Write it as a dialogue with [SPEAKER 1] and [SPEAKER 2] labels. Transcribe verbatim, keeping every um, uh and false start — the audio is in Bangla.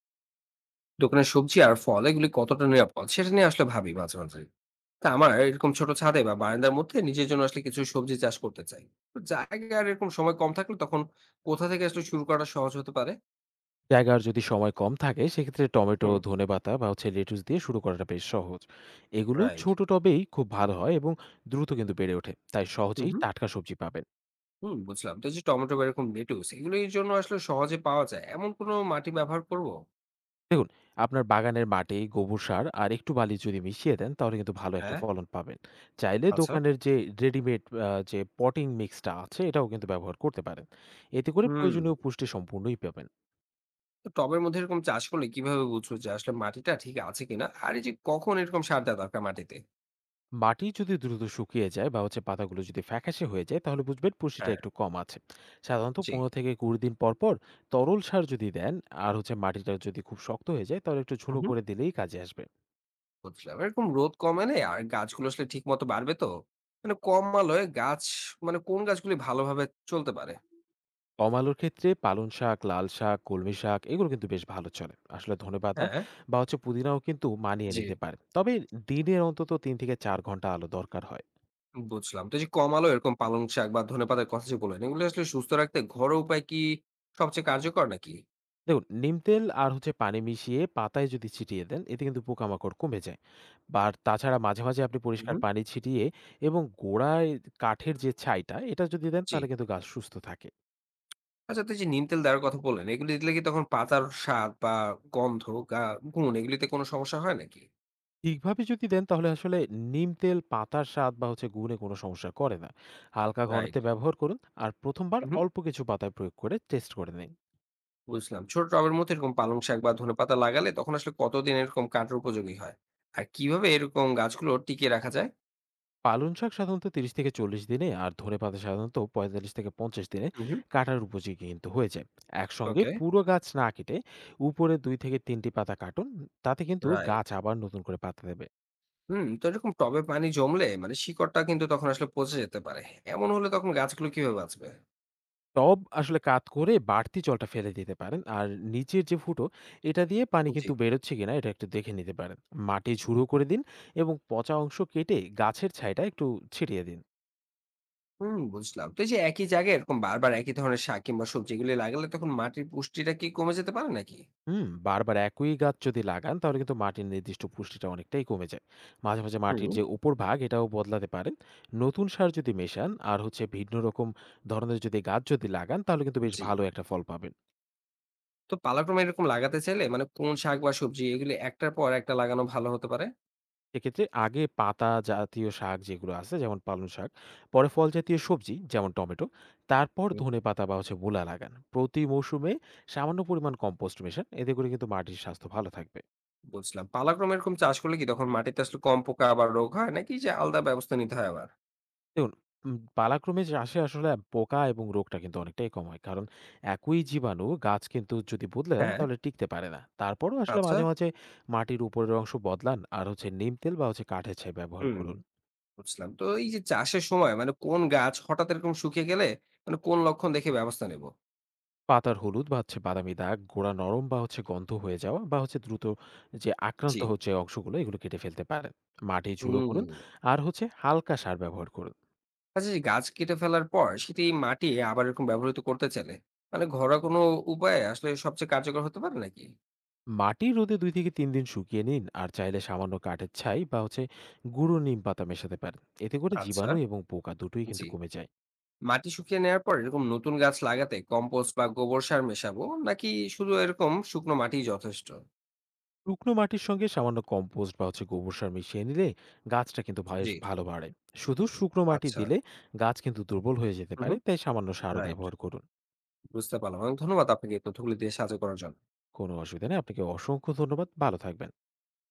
[SPEAKER 1] দোকানের সবজি আর ফল এগুলি কতটা নিরাপদ সেটা নিয়ে আসলে ভাবি মাঝে মাঝে। তা আমার এরকম ছোট ছাদে বা বারান্দার মধ্যে নিজের জন্য আসলে কিছু সবজি চাষ করতে চাই। তো জায়গা আর এরকম সময় কম থাকলে তখন কোথা থেকে আসলে শুরু করাটা সহজ হতে পারে?
[SPEAKER 2] জায়গার যদি সময় কম থাকে সেক্ষেত্রে টমেটো
[SPEAKER 1] হুম।
[SPEAKER 2] ধনেপাতা বা হচ্ছে লেটুস দিয়ে শুরু করাটা বেশ সহজ। এগুলো
[SPEAKER 1] রাইট।
[SPEAKER 2] ছোট টবেই খুব ভালো হয় এবং দ্রুত কিন্তু বেড়ে ওঠে, তাই
[SPEAKER 1] হুম
[SPEAKER 2] সহজেই
[SPEAKER 1] হুম
[SPEAKER 2] টাটকা সবজি পাবেন।
[SPEAKER 1] হুম, বুঝলাম। তো এই যে টমেটো বা এরকম লেটুস এগুলোর জন্য আসলে সহজে পাওয়া যায় এমন কোনো মাটি ব্যবহার করব?
[SPEAKER 2] দেখুন, আপনার বাগানের মাটি, গোবর সার আর একটু বালি যদি মিশিয়ে দেন তাহলে কিন্তু ভালো একটা
[SPEAKER 1] হ্যাঁ।
[SPEAKER 2] ফলন পাবেন। চাইলে
[SPEAKER 1] আচ্ছা।
[SPEAKER 2] দোকানের যে রেডিমেড যে পটিং মিক্সটা আছে এটাও কিন্তু ব্যবহার করতে পারেন। এতে করে
[SPEAKER 1] হুম।
[SPEAKER 2] প্রয়োজনীয় পুষ্টি সম্পূর্ণই পাবেন।
[SPEAKER 1] তো টবের মধ্যে এরকম চাষ করলে কিভাবে বুঝবো যে আসলে মাটিটা ঠিক আছে কিনা, আর এই যে কখন এরকম সার দেওয়া দরকার মাটিতে?
[SPEAKER 2] মাটি যদি দ্রুত শুকিয়ে যায় বা হচ্ছে পাতাগুলো যদি ফ্যাকাশে হয়ে যায় তাহলে বুঝবেন পুষ্টিটা
[SPEAKER 1] হ্যাঁ।
[SPEAKER 2] একটু কম আছে। সাধারণত পনেরো থেকে কুড়ি দিন পর পর তরল সার যদি দেন আর হচ্ছে মাটিটা যদি খুব শক্ত হয়ে যায় তাহলে একটু ঝুনো
[SPEAKER 1] জি।
[SPEAKER 2] করে দিলেই কাজে আসবে।
[SPEAKER 1] বুঝলাম। এরকম রোদ কমালে আর গাছগুলো আসলে ঠিক মতো বাড়বে তো? মানে কম আলোয় গাছ, মানে কোন গাছগুলি ভালোভাবে চলতে পারে?
[SPEAKER 2] কম আলুর ক্ষেত্রে পালং শাক, লাল শাক, কলমি শাক এগুলো কিন্তু বেশ ভালো চলে। আসলে ধনেপাতা
[SPEAKER 1] হ্যাঁ।
[SPEAKER 2] বা হচ্ছে পুদিনাও কিন্তু মানিয়ে
[SPEAKER 1] জি।
[SPEAKER 2] নিতে পারে, তবে দিনের অন্তত তিন থেকে চার ঘন্টা আলো দরকার হয়।
[SPEAKER 1] বুঝলাম। তো এই যে কম আলোয় এরকম পালং শাক বা ধনেপাতার কথা যে বললেন, এগুলো আসলে সুস্থ রাখতে ঘরোয়া উপায় কি সবচেয়ে কার্যকর নাকি?
[SPEAKER 2] দেখুন, নিম তেল আর হচ্ছে পানি মিশিয়ে পাতায় যদি ছিটিয়ে দেন, এতে কিন্তু পোকামাকড় কমে যায়। আর তাছাড়া মাঝে, মাঝে আপনি
[SPEAKER 1] হুম
[SPEAKER 2] পরিষ্কার
[SPEAKER 1] হুম,
[SPEAKER 2] পানি ছিটিয়ে এবং গোড়ায় কাঠের যে ছাইটা, এটা যদি দেন
[SPEAKER 1] জি।
[SPEAKER 2] তাহলে কিন্তু গাছ সুস্থ থাকে।
[SPEAKER 1] আচ্ছা, তো এই যে নিম তেল দেওয়ার কথা বললেন, এগুলি দিলে কি তখন পাতার স্বাদ বা গন্ধ, গা গুণ এগুলিতে কোনো সমস্যা হয় নাকি?
[SPEAKER 2] ঠিকভাবে যদি দেন তাহলে আসলে নিম তেল পাতার স্বাদ বা হচ্ছে গুণে কোনো সমস্যা করে না। হালকা ঘনত্বে
[SPEAKER 1] রাইট।
[SPEAKER 2] ব্যবহার করুন আর প্রথম বার অল্প কিছু পাতায় প্রয়োগ করে টেস্ট করে নিন।
[SPEAKER 1] বুঝলাম। ছোট টবের মধ্যে এরকম পালং শাক বা ধনেপাতা লাগালে তখন আসলে কতদিন এরকম কাটার উপযোগী হয়? আর কিভাবে এরকম গাছগুলো টিকিয়ে রাখা যায়?
[SPEAKER 2] পালং শাক সাধারণত ত্রিশ থেকে চল্লিশ দিনে আর ধনেপাতা সাধারণত পঁয়তাল্লিশ থেকে পঞ্চাশ দিনে
[SPEAKER 1] হুম, হুম।
[SPEAKER 2] কাটার উপযোগী কিন্তু হয়ে যায়। একসঙ্গে
[SPEAKER 1] ওকে।
[SPEAKER 2] পুরো গাছ না কেটে উপরে দুই থেকে তিন টি পাতা কাটুন। তাতে কিন্তু
[SPEAKER 1] রাইট।
[SPEAKER 2] গাছ আবার নতুন করে পাতা দেবে।
[SPEAKER 1] হুম, তো এরকম টবে পানি জমলে মানে শিকড়টা কিন্তু তখন আসলে পচে যেতে পারে। এমন হলে তখন গাছগুলো কিভাবে বাঁচবে?
[SPEAKER 2] টব আসলে কাত করে বাড়তি জলটা ফেলে দিতে পারেন। আর নিচের যে ফুটো এটা দিয়ে পানি
[SPEAKER 1] জি।
[SPEAKER 2] কিন্তু বেরোচ্ছে কিনা এটা একটু দেখে নিতে পারেন। মাটি ঝুড়ো করে দিন এবং পচা অংশ কেটে গাছের ছাইটা একটু ছিটিয়ে দিন।
[SPEAKER 1] হুম, বুঝলাম। তো এই যে একই জায়গায় এরকম বারবার একই ধরনের শাক কিংবা সবজিগুলি লাগালে তখন মাটির পুষ্টিটা কি কমে যেতে পারে নাকি?
[SPEAKER 2] হুম, বারবার একই গাছ যদি লাগান তাহলে কিন্তু মাটির নির্দিষ্ট পুষ্টিটা অনেকটাই কমে যায়। মাঝে, মাঝে
[SPEAKER 1] হুম,
[SPEAKER 2] মাটির যে উপরভাগ এটাও বদলাতে পারেন। নতুন সার যদি মেশান আর হচ্ছে ভিন্ন রকম ধরনের যদি গাছ যদি লাগান তাহলে কিন্তু বেশ
[SPEAKER 1] জি।
[SPEAKER 2] ভালো একটা ফল পাবেন।
[SPEAKER 1] তো পালাক্রমে এরকম লাগাতে চাইলে মানে কোন শাক বা সবজি এগুলি একটার পর একটা লাগানো ভালো হতে পারে?
[SPEAKER 2] এক্ষেত্রে আগে পাতা জাতীয় শাক যেগুলো আছে যেমন পালং শাক, পরে ফল জাতীয় সবজি যেমন টমেটো, তারপর ধনেপাতা বা হচ্ছে মূলা লাগান। প্রতি মৌসুমে সামান্য পরিমাণ কম্পোস্ট মেশান। এতে করে কিন্তু মাটির স্বাস্থ্য ভালো থাকবে।
[SPEAKER 1] বুঝলাম। পালাক্রমে এরকম চাষ করলে কি তখন মাটিতে আসলে কম পোকা বা রোগ হয় নাকি, যে আলাদা ব্যবস্থা নিতে হয় আবার?
[SPEAKER 2] দেখুন, উম পালাক্রমে যে আসে আসলে পোকা এবং রোগটা কিন্তু অনেকটাই কম হয়। কারণ একই জীবাণু গাছ কিন্তু যদি বদলেন
[SPEAKER 1] হ্যাঁ।
[SPEAKER 2] তাহলে টিকতে পারে না। তারপরও আসলে
[SPEAKER 1] আচ্ছা।
[SPEAKER 2] মাঝে, মাঝে মাটির উপরের অংশ বদলান আর হচ্ছে নিম তেল বা হচ্ছে কাঠের ছাই ব্যবহার
[SPEAKER 1] হুম,
[SPEAKER 2] করুন।
[SPEAKER 1] বুঝলাম। তো এই যে চাষের সময় মানে কোন গাছ হঠাৎ এরকম শুকিয়ে গেলে মানে কোন লক্ষণ দেখে ব্যবস্থা নেব?
[SPEAKER 2] পাতার হলুদ বা হচ্ছে বাদামি দাগ, গোড়া নরম বা হচ্ছে গন্ধ হয়ে যাওয়া বা হচ্ছে দ্রুত যে
[SPEAKER 1] জি।
[SPEAKER 2] আক্রান্ত হচ্ছে অংশগুলো এগুলো কেটে ফেলতে পারেন। মাটি ঝুড়ো
[SPEAKER 1] হুম।
[SPEAKER 2] করুন আর হচ্ছে হালকা সার ব্যবহার করুন।
[SPEAKER 1] আচ্ছা, যে গাছ কেটে ফেলার পর সেটি মাটি আবার এরকম ব্যবহৃত করতে চাইলে মানে ঘরোয়া কোনো উপায়ে আসলে সবচেয়ে কার্যকর হতে পারে নাকি?
[SPEAKER 2] মাটি রোদে দুই থেকে তিন দিন শুকিয়ে নিন আর চাইলে সামান্য কাঠের ছাই বা হচ্ছে গুঁড়ো নিম পাতা মেশাতে পারেন। এতে করে
[SPEAKER 1] আচ্ছা,
[SPEAKER 2] জীবাণু এবং পোকা দুটোই কিন্তু
[SPEAKER 1] জি।
[SPEAKER 2] কমে যায়।
[SPEAKER 1] মাটি শুকিয়ে নেওয়ার পর এরকম নতুন গাছ লাগাতে কম্পোস্ট বা গোবর সার মেশাবো নাকি শুধু এরকম শুকনো মাটিই যথেষ্ট?
[SPEAKER 2] শুকনো মাটির সঙ্গে সামান্য কম্পোস্ট বা হচ্ছে গোবর সার মিশিয়ে নিলে গাছটা কিন্তু বেশ
[SPEAKER 1] জি।
[SPEAKER 2] ভালো বাড়ে। শুধু শুকনো মাটি
[SPEAKER 1] আচ্ছা।
[SPEAKER 2] দিলে গাছ কিন্তু দুর্বল হয়ে যেতে
[SPEAKER 1] হু, হু।
[SPEAKER 2] পারে, তাই সামান্য সারও
[SPEAKER 1] রাইট।
[SPEAKER 2] ব্যবহার করুন।
[SPEAKER 1] বুঝতে পারলাম। অনেক ধন্যবাদ আপনাকে এই তথ্যগুলি দিয়ে সাহায্য করার জন্য।
[SPEAKER 2] কোনো অসুবিধা নেই। আপনাকে অসংখ্য ধন্যবাদ। ভালো থাকবেন।